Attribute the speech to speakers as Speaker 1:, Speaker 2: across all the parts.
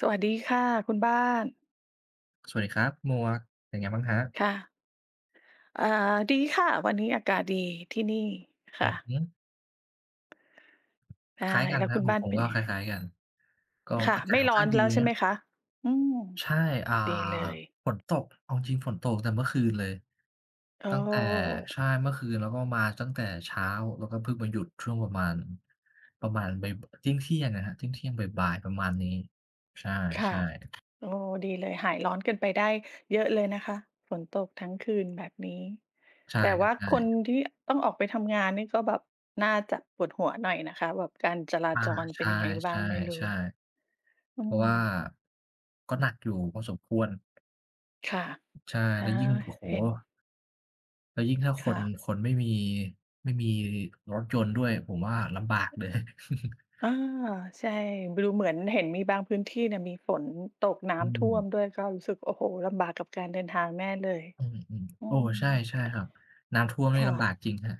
Speaker 1: สวัสดีค่ะคุณบ้าน
Speaker 2: สวัสดีครับหมวกเป็นไงบ้างครับ
Speaker 1: ค่ะดีค่ะวันนี้อากาศดีที่นี่
Speaker 2: อื
Speaker 1: ค่ะ
Speaker 2: อฮึค
Speaker 1: ได้
Speaker 2: ล้ายกัน
Speaker 1: แล้ว
Speaker 2: ครับ
Speaker 1: คุณ
Speaker 2: ของ
Speaker 1: บ้า
Speaker 2: ผ
Speaker 1: น
Speaker 2: ม
Speaker 1: เป็น
Speaker 2: ก็
Speaker 1: ยัง
Speaker 2: ค
Speaker 1: ไง
Speaker 2: ล้ายๆกันก็
Speaker 1: ค่ะ
Speaker 2: อากาศ
Speaker 1: ไม่
Speaker 2: ค่อน
Speaker 1: ร้อ
Speaker 2: ข้า
Speaker 1: น
Speaker 2: งดี
Speaker 1: แล้วใช่ไห
Speaker 2: นะ
Speaker 1: มคะอืม
Speaker 2: ใช่อ่า
Speaker 1: ดีเลย
Speaker 2: ฝนตกเอาจริงๆฝนตกตั้งแต่เมื่อคืนเลย
Speaker 1: โอ้
Speaker 2: ตั้งแต่ใช่เมื่อคืนแล้วก็มาตั้งแต่เช้าแล้วก็เพิ่งมาหยุดช่วงประมาณบ่ายเที่ยงๆอะครับเที่ยงๆบ่ายๆประมาณนี้ใช
Speaker 1: ค่ะ
Speaker 2: ่
Speaker 1: โอ้ดีเลยหายร้อนกันไปได้เยอะเลยนะคะฝนตกทั้งคืนแบบนี้
Speaker 2: ๆใช่
Speaker 1: แต่
Speaker 2: ครับ
Speaker 1: ว่าคน
Speaker 2: ใช่
Speaker 1: ที่ต้องออกไปทำงานนี่ก็แบบน่าจะปวดหัวหน่อยนะคะแบบการจรา
Speaker 2: อา
Speaker 1: จร
Speaker 2: ใ
Speaker 1: เป็นยังไงบ้า
Speaker 2: ช่
Speaker 1: งไม่รู้
Speaker 2: ๆๆ
Speaker 1: อื
Speaker 2: เพราะ
Speaker 1: ม
Speaker 2: ว่าก็หนักอยู่พอสมควร
Speaker 1: ค่ะ
Speaker 2: ใช่
Speaker 1: อา
Speaker 2: แล้วยิ่งโอ้โฮ
Speaker 1: เห็น
Speaker 2: แล้วยิ่งถ้าคน
Speaker 1: ค่ะ
Speaker 2: คนไม่มีรถยนต์ด้วยผมว่าลำบากเลย
Speaker 1: อาใช่ดูเหมือนเห็นมีบางพื้นที่เนี่ยมีฝนตก
Speaker 2: อื
Speaker 1: น้ำท่วมด้
Speaker 2: ม
Speaker 1: วยก็รู้สึกโอ้โฮลำบากกับการเดินทางแน่เลย
Speaker 2: อืม
Speaker 1: อื
Speaker 2: ๆโอ้
Speaker 1: ม
Speaker 2: ใช่ใช่ครับน้ำท่วมนี่
Speaker 1: ค่ะ
Speaker 2: ลำ บากจริงครับ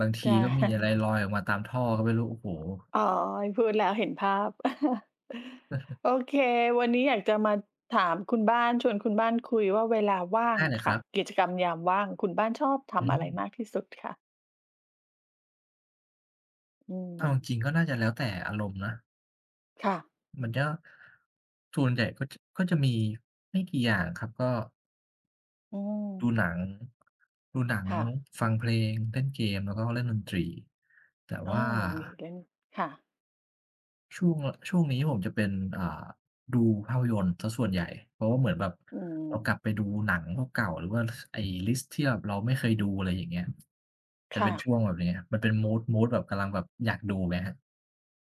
Speaker 2: บาง
Speaker 1: ใช
Speaker 2: ทีก็มีอะไร
Speaker 1: ่
Speaker 2: ลอยออกมาตามท่อก็ไม่รู้โอ้โฮ
Speaker 1: อ๋อพูดแล้วเห็นภาพโอเควันนี้อยากจะมาถามคุณบ้านชวนคุณบ้านคุยว่าเวลาว่าง
Speaker 2: ได้เล
Speaker 1: อะ
Speaker 2: ยค
Speaker 1: ค่ะ
Speaker 2: รับ
Speaker 1: กิจกรรมยามว่างคุณบ้านชอบ
Speaker 2: อื
Speaker 1: ทำ
Speaker 2: ม
Speaker 1: อะไรมากที่สุดคะอืม
Speaker 2: เอาจริงๆก็น่าจะแล้วแต่อารมณ์นะ
Speaker 1: ค่ะ
Speaker 2: มันจะส่วนใหญ่ก็จะมีไม่กี่อย่างครับก็
Speaker 1: อืม
Speaker 2: ดูหนังดูหนัง
Speaker 1: ค่ะ
Speaker 2: ฟังเพลงเล่นเกมแล้วก็เล่นดนตรีแต่
Speaker 1: อ้า
Speaker 2: ว่า
Speaker 1: วมีเล่นค่ะ
Speaker 2: ช่วงช่วงนี้ผมจะเป็นอ่าดูภาพยนตร์เสียส่วนใหญ่เพราะว่าเหมือนแบบ
Speaker 1: อืม
Speaker 2: เรากลับไปดูหนังเก่าๆหรือว่าสไอ้ลิสต์ที่แบบเราไม่เคยดูอะไรอย่างเงี้ยจะเป็
Speaker 1: ค่ะ
Speaker 2: นช่วงแบบนี้มันเป็นมูดแบบกำลังแบบอยากดูไงครับ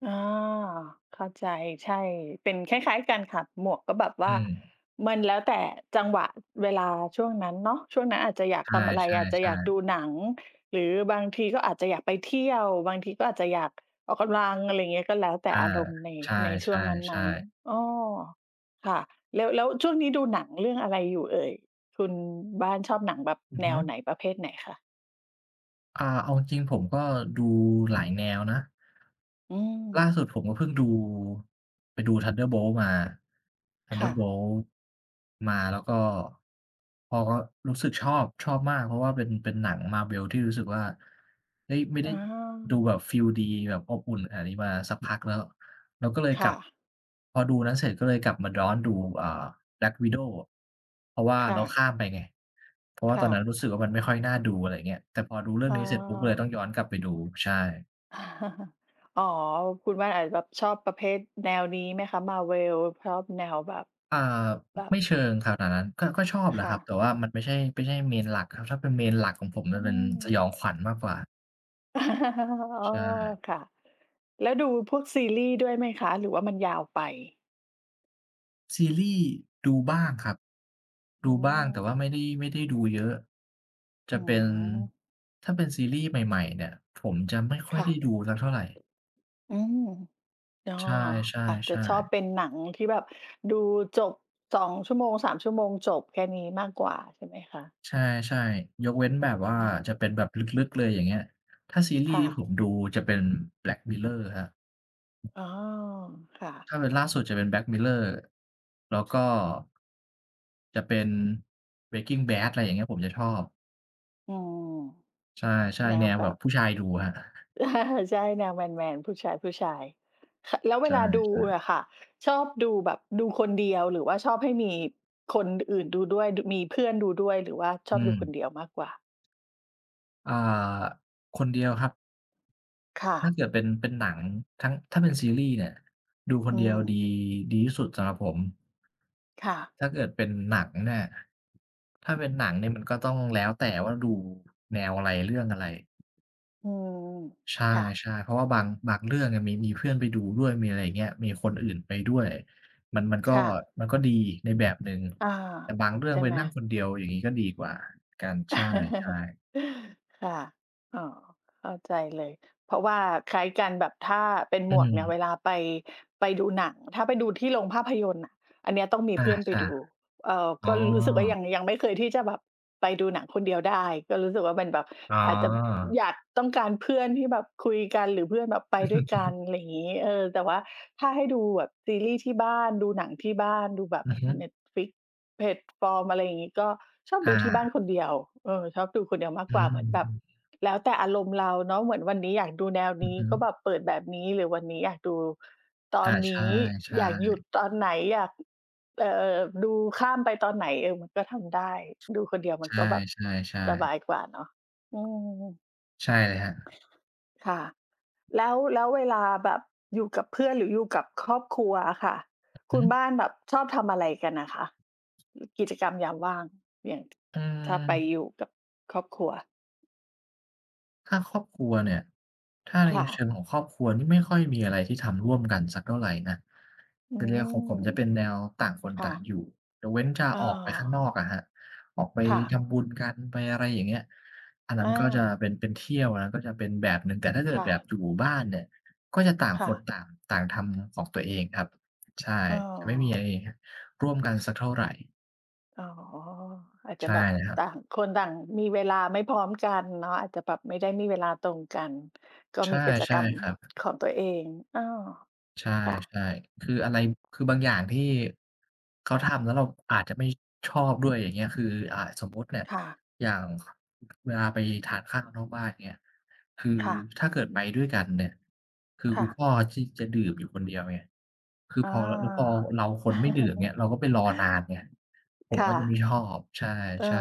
Speaker 1: อาเข้าใจใช่เป็นคล้ายๆกันค่ะหมวกก็แบบว่า
Speaker 2: อืม
Speaker 1: มันแล้วแต่จังหวะเวลาช่วงนั้นเนาะช่วงนั้นอาจจะอยาก
Speaker 2: ใ
Speaker 1: ทำอะไร
Speaker 2: ช
Speaker 1: อาจจะอ
Speaker 2: ่
Speaker 1: ยากดู
Speaker 2: ๆ
Speaker 1: หนังหรือบางทีก็อาจจะอยากไปเที่ยวบางทีก็อาจจะอยากออกกำลังอะไรอย่างเงี้ยก็แล้วแต่
Speaker 2: ๆอา
Speaker 1: อารมณ์ใน
Speaker 2: ใช
Speaker 1: ช่วงนั้
Speaker 2: ่
Speaker 1: น
Speaker 2: ๆๆ
Speaker 1: ๆอ้อค่ะแล้วช่วงนี้ดูหนังเรื่องอะไรอยู่เอ่ยคุณบ้านชอบหนังแบบ
Speaker 2: อือ
Speaker 1: แน
Speaker 2: ฮึ
Speaker 1: วไหนประเภทไหนคะ
Speaker 2: เอาจริงๆผมก็ดูหลายแนวนะ
Speaker 1: อืม
Speaker 2: ล่าสุดผมก็เพิ่งดูไปดู t h u n d e r b o l t มา t h u n d e r
Speaker 1: ค่ะ
Speaker 2: b o l t มาแล้วก็พอก็รู้สึกชอบมากเพราะว่าเป็นหนัง Marvel ที่รู้สึกว่าเฮ้ยไม่
Speaker 1: อ
Speaker 2: ได้ดู
Speaker 1: า
Speaker 2: แบบฟีลดีแบบอบอุ่นขนาดนี้มาสักพักแล้วเราก็เลยกลั
Speaker 1: ค่ะ
Speaker 2: บพอดูนั้นเสร็จก็เลยกลับมาย้อนดูอ่า Black Widow เพราะว่า
Speaker 1: ค่ะ
Speaker 2: เราข้ามไปไงเพราะว่าตอน
Speaker 1: ค่ะ
Speaker 2: นั้นรู้สึกว่ามันไม่ค่อยน่าดูอะไรอย่างเงี้ยแต่พอดูเรื่
Speaker 1: เ
Speaker 2: องนี้เสร็จปุ๊บก็เลย
Speaker 1: อ
Speaker 2: ต้องย้อนกลับไปดูใช่
Speaker 1: อ อ๋อคุณบ้านอาจจะแบบชอบประเภทแนวนี้ไหมคะมาเวลชอบแนวแบบ
Speaker 2: อ่า
Speaker 1: แบบ
Speaker 2: ไม่เชิงขนาดนั้นก็ชอบแหละค
Speaker 1: ค่ะ
Speaker 2: รับ แต่ว่ามันไม่ใช่ Main หลักครับถ้าเป็น Main หลักของผมมั
Speaker 1: อื
Speaker 2: นเป็น
Speaker 1: ม
Speaker 2: สยองขวัญมากกว่า
Speaker 1: อ๋อ
Speaker 2: ใช่
Speaker 1: ค่ะแล้วดูพวกซีรีส์ด้วยไหมคะหรือว่ามันยาวไป
Speaker 2: ซีรีส์ดูบ้างครับ
Speaker 1: อื
Speaker 2: ดูบ้าง
Speaker 1: ม
Speaker 2: แต่ว่าไม่ได้ดูเยอะจะ
Speaker 1: อื
Speaker 2: เป็น
Speaker 1: ม
Speaker 2: ถ้าเป็นซีรีส์ใหม่ๆเนี่ยผมจะไม่ค่อย
Speaker 1: ค่ะ
Speaker 2: ได้ดูสักเท่าไร
Speaker 1: อืมอ๋อ
Speaker 2: ใช่
Speaker 1: อาจจะชอบ
Speaker 2: ๆ
Speaker 1: เป็นหนังที่แบบดูจบ2ชั่วโมง3ชั่วโมงจบแค่นี้มากกว่าใช่ไหมคะ
Speaker 2: ๆใช่ๆยกเว้นแบบว่า
Speaker 1: อา
Speaker 2: จะเป็นแบบลึกๆเลยอย่างเงี้ยถ้าซีรีส์
Speaker 1: ค่ะ
Speaker 2: ที่ผมดูจะเป็น Black Mirror ครับ
Speaker 1: อ๋อค่ะ
Speaker 2: ถ้าเป็นล่าสุดจะเป็น Black Mirror แล้วก็จะเป็น Breaking Bad อะไรอย่างเงี้ยผมจะชอบ
Speaker 1: อืม
Speaker 2: ใช่
Speaker 1: แน
Speaker 2: ๆแน
Speaker 1: ว
Speaker 2: ว
Speaker 1: แบ
Speaker 2: แบบ
Speaker 1: บ
Speaker 2: ผู้ชายดูครับ
Speaker 1: ใช่แนวแมนๆผู้ชายๆค่ะแล้วเว
Speaker 2: ใช
Speaker 1: ลาดู
Speaker 2: ่
Speaker 1: อะค่ะชอบดูแบบดูคนเดียวหรือว่าชอบให้มีคนอื่นดูด้วยดมีเพื่อนดูด้วยหรือว่าช
Speaker 2: อื
Speaker 1: อบดูคน
Speaker 2: ม
Speaker 1: เดียวมากกว่า
Speaker 2: อ่าคนเดียวครับ
Speaker 1: ค่ะ
Speaker 2: ถ้าเกิดเป็นหนังทั้งถ้าเป็นซีรีส์เนี่ยดูคน
Speaker 1: อื
Speaker 2: เดียว
Speaker 1: ม
Speaker 2: ดีดีที่สุดสำหรับผม
Speaker 1: ค่ะ
Speaker 2: ถ้าเกิดเป็นหนังเนี่ยถ้าเป็นหนังเนี่ยมันก็ต้องแล้วแต่ว่าดูแนวอะไรเรื่องอะไร
Speaker 1: อืม
Speaker 2: ใช
Speaker 1: ค่ะ
Speaker 2: ่ๆเพราะว่าบางเรื่องเนี่ยมีเพื่อนไปดูด้วยมีอะไรอย่างเงี้ยมีคนอื่นไปด้วยมันก็
Speaker 1: ค่ะ
Speaker 2: มันก็ดีในแบบหนึ่ง
Speaker 1: อา
Speaker 2: แต่บางเรื่อง
Speaker 1: ใช่
Speaker 2: ไป
Speaker 1: ไหม
Speaker 2: นั่งคนเดียวอย่างงี้ก็ดีกว่ากันใช่ๆ
Speaker 1: ค่ะอ๋อเข้าใจเลย เพราะว่าคล้ายกันแบบถ้าเป็นห
Speaker 2: อื
Speaker 1: มวกเนี่ยเว
Speaker 2: ม
Speaker 1: ลาไปไปดูหนังถ้าไปดูที่โรงภาพยนตร์น่ะอันเนี้ยต้องมี
Speaker 2: อา
Speaker 1: เพื่อนไป
Speaker 2: ใช่
Speaker 1: ดู
Speaker 2: อ๋
Speaker 1: ก็รู้สึกว่า
Speaker 2: อ
Speaker 1: ยังไม่เคยที่จะแบบไปดูหนังคนเดียวได้ก็รู้สึกว่ามันแบบ
Speaker 2: อ๋อ
Speaker 1: อาจจะอยากต้องการเพื่อนที่แบบคุยกันหรือเพื่อนแบบไปด้วยกันอะไรอย่างงี้เออแต่ว่าถ้าให้ดูแบบซีรีส์ที่บ้านดูหนังที่บ้านดูแบบ
Speaker 2: อือฮึ
Speaker 1: Netflix แพลตฟอร์มอะไรอย่างงี้ก็ชอบดู
Speaker 2: อา
Speaker 1: ที่บ้านคนเดียวเออชอบดูคนเดียวมาก
Speaker 2: อื
Speaker 1: กว่าเหมือนแบบ
Speaker 2: ม
Speaker 1: แล้วแต่อารมณ์เราเนาะเหมือนวันนี้อยากดูแนว
Speaker 2: อือ
Speaker 1: นี้
Speaker 2: ฮึ
Speaker 1: ก็แบบเปิดแบบนี้หรือวันนี้อยากดูตอ
Speaker 2: อา
Speaker 1: น
Speaker 2: ใช
Speaker 1: นี้อยา
Speaker 2: ่
Speaker 1: กหยุดตอนไหนอยาก เอ่อดูข้ามไปตอนไหนเออมันก็ทำได้ดูคนเดียว
Speaker 2: ๆ
Speaker 1: มั
Speaker 2: ใช
Speaker 1: นก็แบบ
Speaker 2: ่
Speaker 1: ส
Speaker 2: ๆ
Speaker 1: บาย
Speaker 2: ๆ
Speaker 1: กว่าเนาะอืม
Speaker 2: ๆใช่เลยครับ
Speaker 1: ค่ะแล้วเวลาแบบอยู่กับเพื่อนหรืออยู่กับครอบครัวอะค่ะคุ
Speaker 2: หือ
Speaker 1: ณบ้านแบบชอบทำอะไรกันอะคะกิจกรรมยามว่างอย่าง
Speaker 2: อื
Speaker 1: ถ้าไป
Speaker 2: ม
Speaker 1: อยู่กับครอบครัว
Speaker 2: ถ้าครอบครัวเนี่ยถ้าใน
Speaker 1: ค่ะ
Speaker 2: เชิงของครอบครัวนี่ไม่ค่อยมีอะไรที่ทำร่วมกันสักเท่าไรนะ
Speaker 1: อื
Speaker 2: เป็นแนวของผ
Speaker 1: ม
Speaker 2: มจะเป็นแนวต่างคน
Speaker 1: ค่ะ
Speaker 2: ต่างอยู่ยกเว้นจะ
Speaker 1: อ้อ
Speaker 2: ออกไปข้างนอกอะครับออกไป
Speaker 1: ค่ะ
Speaker 2: ทำบุญกันไปอะไรอย่างเงี้ยอันนั้น
Speaker 1: อา
Speaker 2: ก็จะเป็นเที่ยวอันนั้นก็จะเป็นแบบหนึ่งแต่ถ้าเกิด
Speaker 1: ค่ะ
Speaker 2: แบบอยู่บ้านเนี่ยก็จะต่างค
Speaker 1: ค่ะ
Speaker 2: นต่างต่างทำของตัวเองครับใช่
Speaker 1: เออ
Speaker 2: จะไม่มีไอ้ร่วมกันสักเท่าไร
Speaker 1: อ๋ออาจจะ
Speaker 2: ใช่
Speaker 1: แบบ
Speaker 2: ครับ
Speaker 1: ต่างคนต่างมีเวลาไม่พร้อมกันเนาะอาจจะแบบไม่ได้มีเวลาตรงกันก็
Speaker 2: ใช่
Speaker 1: มีกิจก
Speaker 2: ใช่
Speaker 1: รรม
Speaker 2: ครับ
Speaker 1: ของตัวเองอ้อ
Speaker 2: ใช่
Speaker 1: ค่ะ
Speaker 2: ๆคืออะไรคือบางอย่างที่เขาทำแล้วเราอาจจะไม่ชอบด้วยอย่างเงี้ยคือสมมุติเนี่ย
Speaker 1: ค่ะ
Speaker 2: อย่างเวลาไปทานข้าวนอกบ้านเงี้ยคือ
Speaker 1: ค่ะ
Speaker 2: ถ้าเกิดไปด้วยกันเนี่ยคือคุ
Speaker 1: ค่ะ
Speaker 2: ณพ่อที่จะดื่มอยู่คนเดียวไงคือพ
Speaker 1: อา
Speaker 2: อแล้วพอเราคนไม่ดื่มเนี่ย เราก็ไปรอนานไงผมก็
Speaker 1: ค่ะ
Speaker 2: จะไม่ชอบใช
Speaker 1: เอ
Speaker 2: ่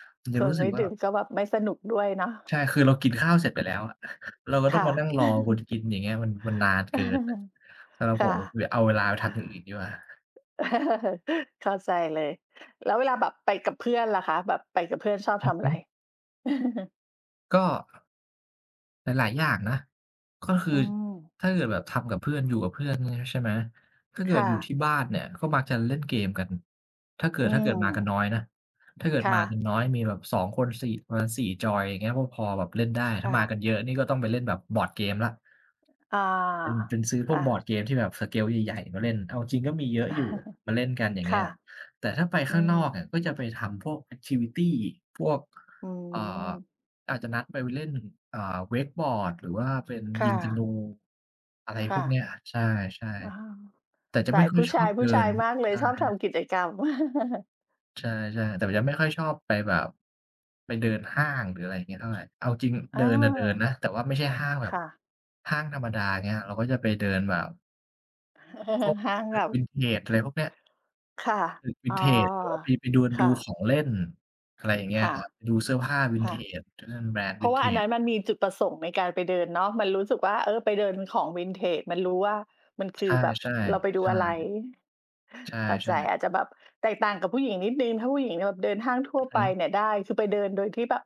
Speaker 1: อ
Speaker 2: มัน
Speaker 1: ค
Speaker 2: จะ
Speaker 1: น
Speaker 2: รู้สึก
Speaker 1: ไม่
Speaker 2: ว่า
Speaker 1: ดื่มก็แบบไม่สนุกด้วยเนาะ
Speaker 2: ใช่ คือเรากินข้าวเสร็จไปแล้วอะ เราก็ต้อง
Speaker 1: ค่ะ
Speaker 2: มานั่งรอคนกินอย่างเงี้ยมันนานเกิน สำหรับ ผม
Speaker 1: ค่ะ
Speaker 2: คือเอาเวลาไปทำอย่างอื่นดีกว่า
Speaker 1: เข้าใจเลยแล้วเวลาแบบไปกับเพื่อนล่ะคะแบบไปกับเพื่อนชอบ
Speaker 2: อือ
Speaker 1: ทำอะ
Speaker 2: ฮึ
Speaker 1: ไร
Speaker 2: ก็ หลายๆอย่างนะก็คื
Speaker 1: อื
Speaker 2: อ
Speaker 1: ม
Speaker 2: ถ้าเกิดแบบทำกับเพื่อนอยู่กับเพื่อนงี้ใช่ไหม ถ้าเกิด
Speaker 1: ค่ะ
Speaker 2: อยู่ที่บ้านเนี่ยก็มักจะเล่นเกมกันถ้าเกิด
Speaker 1: อื
Speaker 2: ถ้าเกิ
Speaker 1: ม
Speaker 2: ดมากันน้อยนะ ถ้าเกิด
Speaker 1: ค่ะ
Speaker 2: มากันน้อยมีแบบ2คนประมาณสี่จอยอย่างเงี้ยก็พอแบบเล่นได้ ถ้า
Speaker 1: ค่ะ
Speaker 2: มากันเยอะนี่ก็ต้องไปเล่นแบบบอร์ดเกมแล้ว
Speaker 1: อ
Speaker 2: เป็น
Speaker 1: า
Speaker 2: เป็นซื้อพวก
Speaker 1: ค่ะ
Speaker 2: บอร์ดเกมที่แบบสเกลใหญ่ๆมาเล่นเอาจริงก็มีเยอะอยู่มาเล่นกันอย่าง เงี้ย
Speaker 1: ค่ะ
Speaker 2: แต่ถ้าไป
Speaker 1: อื
Speaker 2: ข้างน
Speaker 1: ม
Speaker 2: อกเนี่ยก็จะไปทำพวกแอกทิวิตีพวก
Speaker 1: อื
Speaker 2: เอ่อ
Speaker 1: ม
Speaker 2: อาจจะนัดไปเล่นอ่าเวกบอร์ดหรือว่าเป็นยิ
Speaker 1: ค่ะ
Speaker 2: งธนูอะไรพว
Speaker 1: ค่ะ
Speaker 2: กเนี้ยใช่
Speaker 1: อา
Speaker 2: ๆแต่จะ
Speaker 1: สา
Speaker 2: ไม่
Speaker 1: ย
Speaker 2: ค่อย
Speaker 1: ผู้
Speaker 2: ชอ
Speaker 1: ชา
Speaker 2: บ
Speaker 1: ย ผู้
Speaker 2: เดิ
Speaker 1: ชา
Speaker 2: น
Speaker 1: ยมากเลยชอบ
Speaker 2: ใช่
Speaker 1: ทำกิจกรรม
Speaker 2: ใช่ๆแต่จะไม่ค่อยชอบไปแบบไปเดินห้างหรืออะไรอย่างเงี้ยเท่าไรเอาจริง เดิ
Speaker 1: อา
Speaker 2: นน่ะเดินนะแต่ว่าไม่ใช่ห้างแบบ
Speaker 1: ค่ะ
Speaker 2: ห้างธรรมดาเงี้ยเราก็จะไปเดินแบบพวก
Speaker 1: ห้าง
Speaker 2: ตึก
Speaker 1: กับ
Speaker 2: Vintage อะไรพวกเนี้ย
Speaker 1: ค่ะ
Speaker 2: ตึก
Speaker 1: อ๋อ
Speaker 2: Vintage หรือว่าไปเดินดู
Speaker 1: ค่ะ
Speaker 2: ของเล่นอะไรอย่างเงี้ย
Speaker 1: ค่ะ
Speaker 2: ครับไปดูเสื้อผ้า
Speaker 1: ค่ะ
Speaker 2: Vintage เดินแบรนด์
Speaker 1: เพราะว่าอัน
Speaker 2: Vintage
Speaker 1: นั้นมันมีจุดประสงค์ในการไปเดินเนาะมันรู้สึกว่าเออไปเดินของวินเทจมันรู้ว่ามันคือ
Speaker 2: ใช่
Speaker 1: แบบเราไป
Speaker 2: ๆ
Speaker 1: ดู
Speaker 2: ใช่
Speaker 1: อะไร
Speaker 2: ใช
Speaker 1: เข้าใจ
Speaker 2: ่
Speaker 1: อาจจะ
Speaker 2: ๆ
Speaker 1: แบบแตกต่างกับผู้หญิงนิดหนึ่งถ้าผู้หญิงเนี่ยแบบเดินห้างทั่
Speaker 2: อื
Speaker 1: ว
Speaker 2: อ
Speaker 1: ไป
Speaker 2: ฮึ
Speaker 1: เนี่ยได้คือไปเดินโดยที่แบบ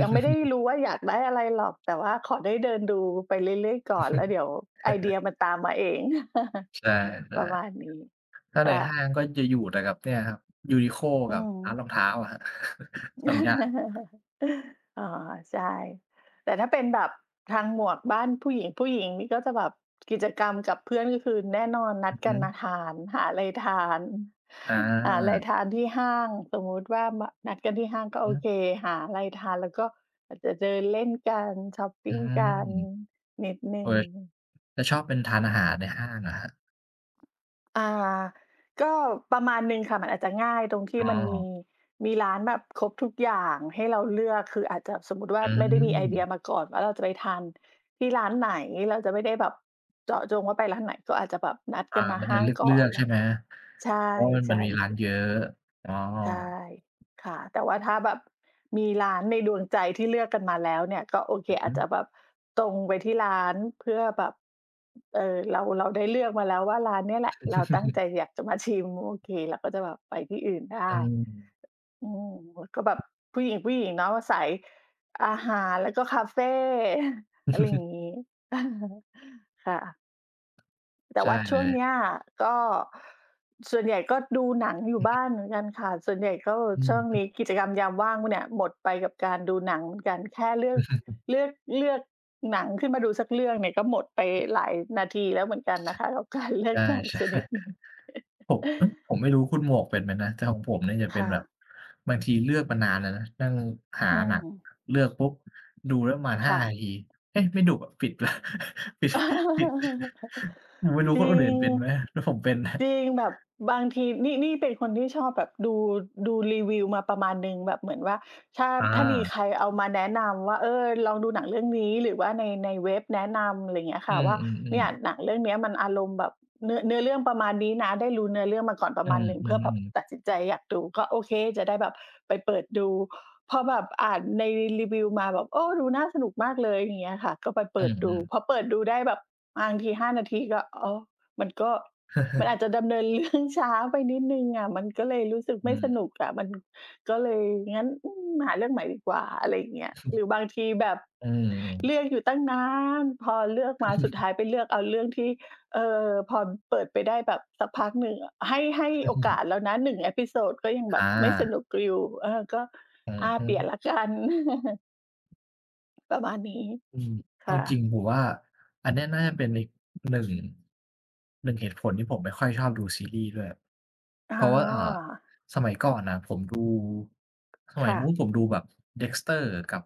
Speaker 1: ยังไม่ได้ รู้ว่าอยากได้อะไรหรอกแต่ว่าขอได้เดินดูไปเรื่อยๆก่อนแล้วเดี๋ยวไอเดียมันตามมาเอง
Speaker 2: ใช
Speaker 1: ประ
Speaker 2: ่
Speaker 1: มาณนี้
Speaker 2: ๆถ้า
Speaker 1: ค
Speaker 2: ในห้าง
Speaker 1: ่ะ
Speaker 2: ก็จะอยู่แต่กับเนี่ยครับ Uniqlo
Speaker 1: อื
Speaker 2: กับ
Speaker 1: ม
Speaker 2: ร้านรองเท้าอะครับ สองอย่าง
Speaker 1: อ๋อใช่แต่ถ้าเป็นแบบทางหมวกบ้านผู้หญิงผู้หญิงนี่ก็จะแบบกิจกรรมกับเพื่อนก็คือแน่นอนนั
Speaker 2: อื
Speaker 1: ด
Speaker 2: อ
Speaker 1: กั
Speaker 2: ฮึ
Speaker 1: นมาทาน หาอะไรทาน
Speaker 2: อ
Speaker 1: หาอะไร
Speaker 2: า
Speaker 1: ทานที่ห้างสมมุติว่ามนัดกันที่ห้างก็
Speaker 2: อื
Speaker 1: โอ
Speaker 2: อ
Speaker 1: เคหาอะไรทานแล้วก็อาจจะเดินเล่นกันชอป
Speaker 2: อื
Speaker 1: ปิงกั
Speaker 2: ม
Speaker 1: นนิดห
Speaker 2: เอ
Speaker 1: นึ่
Speaker 2: อ
Speaker 1: ง
Speaker 2: แล้วชอบเป็นทานอาหารในห้างเหรอครับ
Speaker 1: อ่าก็ประมาณหนึ่งค่ะมันอาจจะง่ายตรงที่
Speaker 2: อ๋อ
Speaker 1: มันมีร้านแบบครบทุกอย่างให้เราเลือกคืออาจจะสมมุติว่า
Speaker 2: อื
Speaker 1: ไม่ได้มีไอเดีย
Speaker 2: ม
Speaker 1: มาก่อนว่าเราจะไปทานที่ร้านไหนเราจะไม่ได้แบบเจาะจงว่าไปร้านไหนก็อาจจะแบบนัดกั
Speaker 2: อา
Speaker 1: นมา
Speaker 2: มันจะ
Speaker 1: ห้า
Speaker 2: เ
Speaker 1: งก่
Speaker 2: ลื
Speaker 1: อ
Speaker 2: อ
Speaker 1: น
Speaker 2: กๆ
Speaker 1: แล้
Speaker 2: ใช่
Speaker 1: ว
Speaker 2: ไหม
Speaker 1: ใช
Speaker 2: เพราะมัน
Speaker 1: ่
Speaker 2: มีร้าน
Speaker 1: ๆ
Speaker 2: เยอะอ๋อ
Speaker 1: ใช่ค่ะแต่ว่าถ้าแบบมีร้านในดวงใจที่เลือกกันมาแล้วเนี่ยก็โอเค
Speaker 2: อือ
Speaker 1: อา
Speaker 2: ฮึ
Speaker 1: จจะแบบตรงไปที่ร้านเพื่อแบบเออเราได้เลือกมาแล้วว่าร้านเนี้ยแหละเราตั้งใจ อยากจะมาชิมโอเคเราก็จะแบบไปที่อื่น
Speaker 2: อื
Speaker 1: ได้
Speaker 2: ม
Speaker 1: อืมก็แบบผู้หญิงผู้หญิงเนาะสายอาหารแล้วก็คาเฟ อะไรอย่าง นี้ ค่ะ แต่
Speaker 2: ใช่
Speaker 1: ว่า
Speaker 2: เล
Speaker 1: ช่วง
Speaker 2: ย
Speaker 1: เนี้ยก็ส่วนใหญ่ก็ดูหนังอยู่
Speaker 2: อือฮึ
Speaker 1: บ้านเหมือนกันค่ะส่วนใหญ่ก็
Speaker 2: อื
Speaker 1: ช่วง
Speaker 2: ม
Speaker 1: นี้กิจกรรมยามว่างเนี่ยหมดไปกับการดูหนังเหมือนกันแค่เลือก เลือกเลือกหนังขึ้นมาดูสักเรื่องเนี่ยก็หมดไปหลายนาทีแล้วเหมือนกัน
Speaker 2: ใ
Speaker 1: นะคะกับการเลือกหนัง
Speaker 2: ช่
Speaker 1: ชนิดหนึ่
Speaker 2: ๆ
Speaker 1: ง
Speaker 2: ผมเอ๊ยผมไม่รู้คุณหมวกเป็นไหมนะแต่ของผมเนี่ยจะ เป็น
Speaker 1: ค่ะ
Speaker 2: แบบบางทีเลือกมานานแล้วนะนั่งหา
Speaker 1: อื
Speaker 2: หนัง
Speaker 1: ม
Speaker 2: เลือกปุ๊บดูแล้วประมาณ5
Speaker 1: ค่ะ
Speaker 2: นาทีเอ๊ะไม่ดูอะปิดไปแล้ว ปิดปิด ผมไม่รู้
Speaker 1: จริ
Speaker 2: คนอื่น
Speaker 1: ง
Speaker 2: เป็นไหมแต่ผมเป็นนะ
Speaker 1: จริงแบบบางทีนี่เป็นคนที่ชอบแบบดูรีวิวมาประมาณหนึ่งแบบเหมือนว่าถ้า
Speaker 2: อ
Speaker 1: ถ้ามี
Speaker 2: า
Speaker 1: ใครเอามาแนะนำว่าเออลองดูหนังเรื่องนี้หรือว่าในเว็บแนะนำอะไรเงี้ย
Speaker 2: อื
Speaker 1: ค่ะ
Speaker 2: ม
Speaker 1: ว่าเนี่ย
Speaker 2: ๆ
Speaker 1: หนั
Speaker 2: ๆ
Speaker 1: งเรื่องเนี้ยมันอารมณ์แบบเนื้อเรื่องประมาณนี้นะได้รู้เนื้อเรื่องมาก่อนป
Speaker 2: อื
Speaker 1: ระมาณ
Speaker 2: ม
Speaker 1: หนึ่ง
Speaker 2: อื
Speaker 1: เพื่อแบ
Speaker 2: ม
Speaker 1: บตัด
Speaker 2: ๆ
Speaker 1: สินใจอยากดูก็โอเคจะได้แบบไปเปิดดู พอแบบอ่านในรีวิวมาแบบโอ้ดูน่าสนุกมากเลยอย่างเงี้ยค่ะก็ไป
Speaker 2: อื
Speaker 1: เปิด
Speaker 2: มอื
Speaker 1: ดู
Speaker 2: ม
Speaker 1: พอเปิดดูได้แบบบางที5นาทีก็อ๋อมันก็มันอาจจะ ดำเนิน เรื่องช้าไปนิดหนึ่งอะมันก็เลยรู้สึก
Speaker 2: อื
Speaker 1: ไม่
Speaker 2: ม
Speaker 1: สนุกอะมันก็เลยงั้นอืมหาเรื่องใหม่ดีกว่าอะไรอย่างเงี้ยหรือบางทีแบบ
Speaker 2: อื
Speaker 1: เลือกอยู่ตั้งนานพอเลือกมาสุดท้ายไปเลือกเอาเรื่องที่พอเปิดไปได้แบบสักพักหนึ่งให้โอกา
Speaker 2: ม
Speaker 1: สแล้วนะ1เอพิโซดก็ยัง แบ
Speaker 2: อา
Speaker 1: บไม่สนุกอยู่เออก็
Speaker 2: อือ
Speaker 1: อา
Speaker 2: ฮึ
Speaker 1: เปลี่ยนแล้วกัน ประมาณนี้
Speaker 2: อืมเอา
Speaker 1: ค่ะ
Speaker 2: จริงผมว่าอันเนี้ยน่าจะเป็นอีกหนึ่งเหตุผลที่ผมไม่ค่อยชอบดูซีรีส์ด้วย
Speaker 1: อา
Speaker 2: เพราะว่าสมัยก่อนน่ะผมดูสมัย
Speaker 1: ค่ะ
Speaker 2: นู้นผมดูแบบ Dexter กับ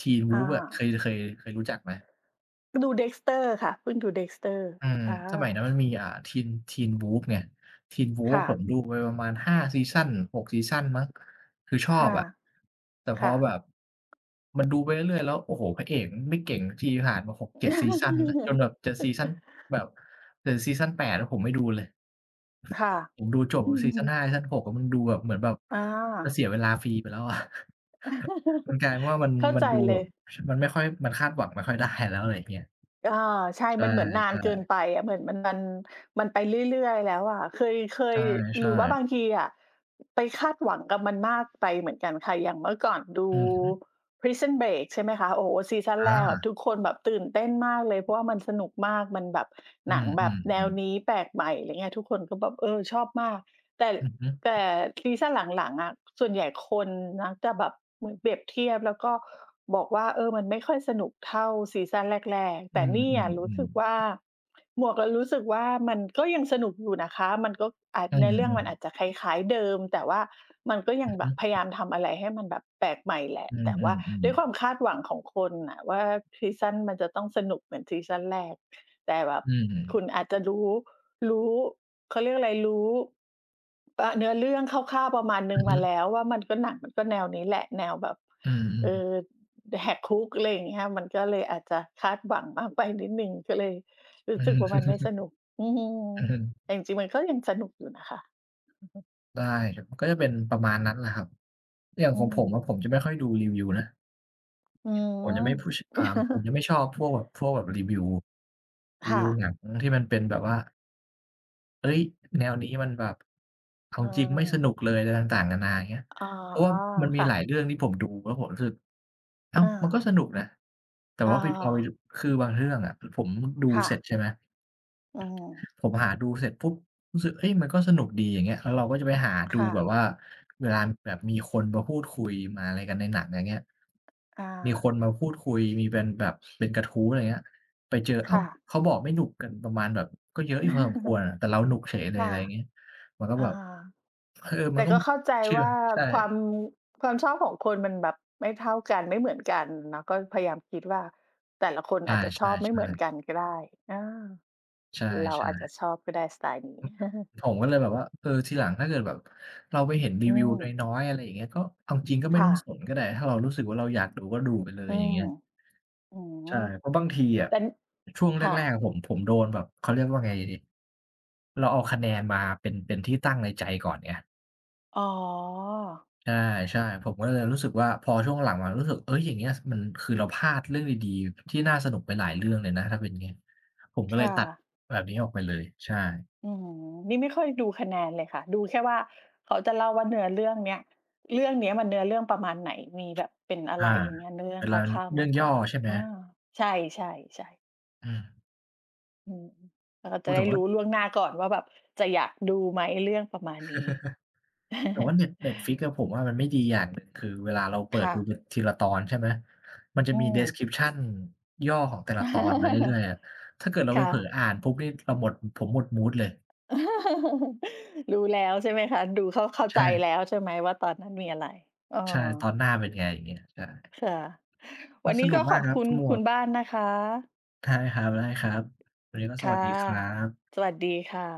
Speaker 2: Teen
Speaker 1: อา
Speaker 2: Wolf อะเคยรู้จักไหม
Speaker 1: ดู Dexter ค่ะเพิ่งดู Dexter
Speaker 2: อืม
Speaker 1: อะ
Speaker 2: สมัยนั้นมันมีTeen Wolf ไง Teen Wolf อะ
Speaker 1: ค่ะ
Speaker 2: ผมดูไปประมาณ5ซีซันหกซีซันมั้งคือชอบ
Speaker 1: ค่ะ
Speaker 2: อะแต่พอ
Speaker 1: ค่ะ
Speaker 2: แบบมันดูไปเรื่อยๆแล้วโอ้โฮพระเอกมันไม่เก่งสักทีผ่านมา6-7ซีซันจนแบบจะซี ซันแบบถึงซีซัน8อะผมไม่ดูเลย
Speaker 1: ค่ะ
Speaker 2: ผมดูจบ
Speaker 1: อื
Speaker 2: ซีซั
Speaker 1: ม
Speaker 2: น5ซีซัน6อะมันดูแบบเหมือนแบบ
Speaker 1: อา
Speaker 2: จะเสียเวลาฟรีไปแล้วอะ มันกลายเป็นว่ามัน
Speaker 1: เข้า
Speaker 2: มัน
Speaker 1: ใจ
Speaker 2: ดู
Speaker 1: เล
Speaker 2: แบ
Speaker 1: ย
Speaker 2: บมันไม่ค่อยมันคาดหวังไม่ค่อยได้แล้วอะไรอย่างเงี้ย
Speaker 1: อาใช่
Speaker 2: ใช
Speaker 1: มันเหมือนนาน
Speaker 2: ่
Speaker 1: เกินไปอะเหมือนมันมันไปเรื่อยๆแล้วอะเคยเค
Speaker 2: ๆ
Speaker 1: ยหรือ
Speaker 2: ใช่
Speaker 1: ว่าบาง
Speaker 2: ๆ
Speaker 1: ทีอะไปคาดหวังกับมันมากไปเหมือนกันค่ะอย่างเมื่อก่อนดู
Speaker 2: อือฮึ
Speaker 1: Prison Break ใช่ไหมคะโอ้โฮซีซันแร
Speaker 2: อา
Speaker 1: กแบบทุกคนแบบตื่นเต้นมากเลยเพราะว่ามันสนุกมากมันแบบ
Speaker 2: อื
Speaker 1: หนังแบบแนว
Speaker 2: มๆ
Speaker 1: นี้
Speaker 2: ๆ
Speaker 1: แปลกใหม่อะไรเงี้ยทุกคนก็แบบเออชอบมากแต่
Speaker 2: อือฮึ
Speaker 1: แต่ซีซันหลังๆอะส่วนใหญ่คนมักจะแบบเหมือนเปรียบเทียบแล้วก็บอกว่าเออมันไม่ค่อยสนุกเท่าซีซันแรกๆ
Speaker 2: อื
Speaker 1: แต่นี่อะรู้
Speaker 2: ม
Speaker 1: สึก
Speaker 2: ๆ
Speaker 1: ว่า
Speaker 2: ๆ
Speaker 1: หมวกอะรู้สึกว่ามันก็ยังสนุกอยู่นะคะมันก็อาจ
Speaker 2: อื
Speaker 1: เนื้อเรื่อง
Speaker 2: ม
Speaker 1: มันอาจจะ
Speaker 2: ๆ
Speaker 1: คล้ายๆเดิมแต่ว่ามันก็ยั
Speaker 2: อื
Speaker 1: ง
Speaker 2: อ
Speaker 1: แบ
Speaker 2: ฮึ
Speaker 1: บพยายามทำอะไรให้มันแบบแปลกใหม่แหละ
Speaker 2: อื
Speaker 1: แต่ว่า
Speaker 2: ม
Speaker 1: ด้วย
Speaker 2: ๆ
Speaker 1: ควา
Speaker 2: ๆ
Speaker 1: มคาดหวังของคนน่ะว่าซีซันมันจะต้องสนุกเหมือนซีซันแรกแต่แบบ
Speaker 2: อื
Speaker 1: คุณ
Speaker 2: ม
Speaker 1: อาจจะรู้เขาเรียกอะไรรู้ อาเนื้อเรื่องคร่าวๆประมาณหนึ่
Speaker 2: อื
Speaker 1: ง
Speaker 2: อฮึ
Speaker 1: มาแล้วว่ามันก็หนังมันก็แนวนี้แหละแนวแบบ
Speaker 2: อืม
Speaker 1: เอ่อ
Speaker 2: ๆ
Speaker 1: แหกคุกอะไรอย่างเงี้ยมันก็เลยอาจจะคาดหวังมากไปนิดหนึ่งก็เลยรู้
Speaker 2: อือฮ
Speaker 1: สึกว่ามันไม่
Speaker 2: ึ
Speaker 1: สนุกอืม
Speaker 2: อือฮึ
Speaker 1: แต่จริงๆมันก็ยังสนุกอยู่นะคะ
Speaker 2: ได้ก็จะเป็นประมาณนั้นแหละครับอย่าง
Speaker 1: อื
Speaker 2: ของผ
Speaker 1: ม
Speaker 2: มอะผมจะไม่ค่อยดูรีวิวนะ
Speaker 1: อื
Speaker 2: ผมจะ
Speaker 1: ม
Speaker 2: ไม่ผม จะไม่ชอบพวกแบบรีวิวรีวิ
Speaker 1: ค่ะ
Speaker 2: วหนังที่มันเป็นแบบว่าเฮ้ยแนวนี้มันแบบเอา
Speaker 1: เ
Speaker 2: จริงไม่สนุ
Speaker 1: ออ
Speaker 2: กเลยอะไรต่างๆนานาอย่างเงี้ย
Speaker 1: อ๋อ
Speaker 2: เพราะว่ามันมี
Speaker 1: ค่ะ
Speaker 2: หลายเรื่องที่ผมดูแล้วผมรู้สึกอ้าว
Speaker 1: อา
Speaker 2: มันก็สนุกนะแต่ว่าไปพอไป
Speaker 1: ออ
Speaker 2: คือบางเรื่องอะผมดู
Speaker 1: ค่ะ
Speaker 2: เสร็จใช่ไหม
Speaker 1: อืม
Speaker 2: ผมหาดูเสร็จปุ๊บรู้สึกเฮ้ยมันก็สนุกดีอย่างเงี้ยแล้วเราก็จะไปหาดู
Speaker 1: ค่ะ
Speaker 2: แบบว่าเวลาแบบมีคนมาพูดคุยมาอะไรกันในหนังอย่างเงี้ย
Speaker 1: อา
Speaker 2: มีคนมาพูดคุยมีเป็นแบบเป็นกระทู้อะไรเงี้ยไปเจออ้าว
Speaker 1: ค่ะ
Speaker 2: เขาบอกไม่หนุกกันประมาณแบบก็เยอะอยู่พอสมควรอะแต่เราหนุกเฉยเล ยอะ
Speaker 1: ค่ะ
Speaker 2: ไรอย่างงี้มันก็
Speaker 1: อา
Speaker 2: แบบเออมั
Speaker 1: แต่
Speaker 2: นก็
Speaker 1: ก็เข้าใจ
Speaker 2: เชื่อ
Speaker 1: ว่า
Speaker 2: ใช่
Speaker 1: ความความชอบของคนมันแบบไม่เท่ากันไม่เหมือนกันเนาะก็พยายามคิดว่าแต่ละคน
Speaker 2: ใ
Speaker 1: อาจจะช
Speaker 2: ช่
Speaker 1: อบไม่เหมือนกัน
Speaker 2: ๆ
Speaker 1: ก็ได้อา
Speaker 2: ๆใช
Speaker 1: เรา
Speaker 2: ่
Speaker 1: อาจจะ
Speaker 2: ๆ
Speaker 1: ชอบก็ได้สไตล์นี้
Speaker 2: ผมก็เลยแบบว่าเออทีหลังถ้าเกิดแบบเราไปเห็นรี
Speaker 1: อื
Speaker 2: วิว
Speaker 1: ม
Speaker 2: น้อยๆอะไรอย่างเงี้ยก็เอาจริงก็ไม่ต้อ
Speaker 1: ค่ะ
Speaker 2: งสนก็ได้ถ้าเรารู้สึกว่าเราอยากดูก็ดูไปเลย
Speaker 1: อื
Speaker 2: อย่าง
Speaker 1: ม
Speaker 2: เงี้ย
Speaker 1: อืม
Speaker 2: ใช่เพราะบางทีอะ
Speaker 1: แต่
Speaker 2: ช่วง
Speaker 1: ค่ะ
Speaker 2: แรกๆอะผมโดนแบบเขาเรียกว่าไงดีเราเอาคะแนนมาเป็นที่ตั้งในใจก่อนไง
Speaker 1: อ๋อ
Speaker 2: ใช่ๆผมก็เลยรู้สึกว่าพอช่วงหลังมารู้สึกเฮ้ยอย่างเงี้ยมันคือเราพลาดเรื่องดีๆที่น่าสนุกไปหลายเรื่องเลยนะถ้าเป็นอย่างเงี้ยผมก็เลย
Speaker 1: ค่ะ
Speaker 2: ตัดแบบนี้ออกไปเลยใช่
Speaker 1: อืมนี่ไม่ค่อยดูคะแนนเลยค่ะดูแค่ว่าเขาจะเล่าว่าเนื้อเรื่องเนี้ยเรื่องเนี้ยมันเนื้อเรื่องประมาณไหนมีแบบเป็นอะไร
Speaker 2: อา
Speaker 1: อย่างเงี้ยเนื้อเรื่อ
Speaker 2: เว
Speaker 1: งค
Speaker 2: ลา
Speaker 1: ร่าวๆ
Speaker 2: เรื่
Speaker 1: มา
Speaker 2: อง
Speaker 1: กก
Speaker 2: ย่อ
Speaker 1: ว่า
Speaker 2: ใช่ไหม
Speaker 1: อาใช่ๆๆ
Speaker 2: อืม
Speaker 1: อืมเรา
Speaker 2: โอ้
Speaker 1: จะ
Speaker 2: แต่
Speaker 1: ได้
Speaker 2: ว่า
Speaker 1: รู้ล่วงหน้าก่อนว่าแบบจะอยากดูไหมเรื่องประมาณนี้
Speaker 2: แต่ว่าเน็ต Netflix อะผมว่ามันไม่ดีอย่างหนึ่งคือเวลาเราเปิด
Speaker 1: ค่ะ
Speaker 2: ดู เป็นทีละตอนใช่ไหมมันจะ
Speaker 1: อื
Speaker 2: มี
Speaker 1: ม
Speaker 2: description ย่อของแต่ละตอนมาเรื่อยๆอะถ้าเกิดเรา ไป
Speaker 1: ค่ะ
Speaker 2: เผลออ่านปุ๊บนี่เราหมดผมหมดมูดเลย
Speaker 1: รู้แล้วใช่ไหมคะ ดูเข้าเข้าใจ
Speaker 2: ใช่
Speaker 1: แล้วใช่ไหมว่าตอนนั้นมีอะไรเออ
Speaker 2: ใช่ตอนหน้าเป็นไงอย่างเงี้ยใช่
Speaker 1: ค่ะ
Speaker 2: มั
Speaker 1: วั
Speaker 2: น
Speaker 1: น
Speaker 2: ส
Speaker 1: นี้
Speaker 2: นุก
Speaker 1: ก็ข
Speaker 2: มา
Speaker 1: อ
Speaker 2: ก
Speaker 1: บ
Speaker 2: ครับ
Speaker 1: คุณ
Speaker 2: คุณหมว
Speaker 1: คุ
Speaker 2: ก
Speaker 1: ณบ้านนะคะ
Speaker 2: ได้ครับๆวันนี้ก็สวัส
Speaker 1: ค่ะ
Speaker 2: ดีครับ
Speaker 1: สวัสดีค่ะ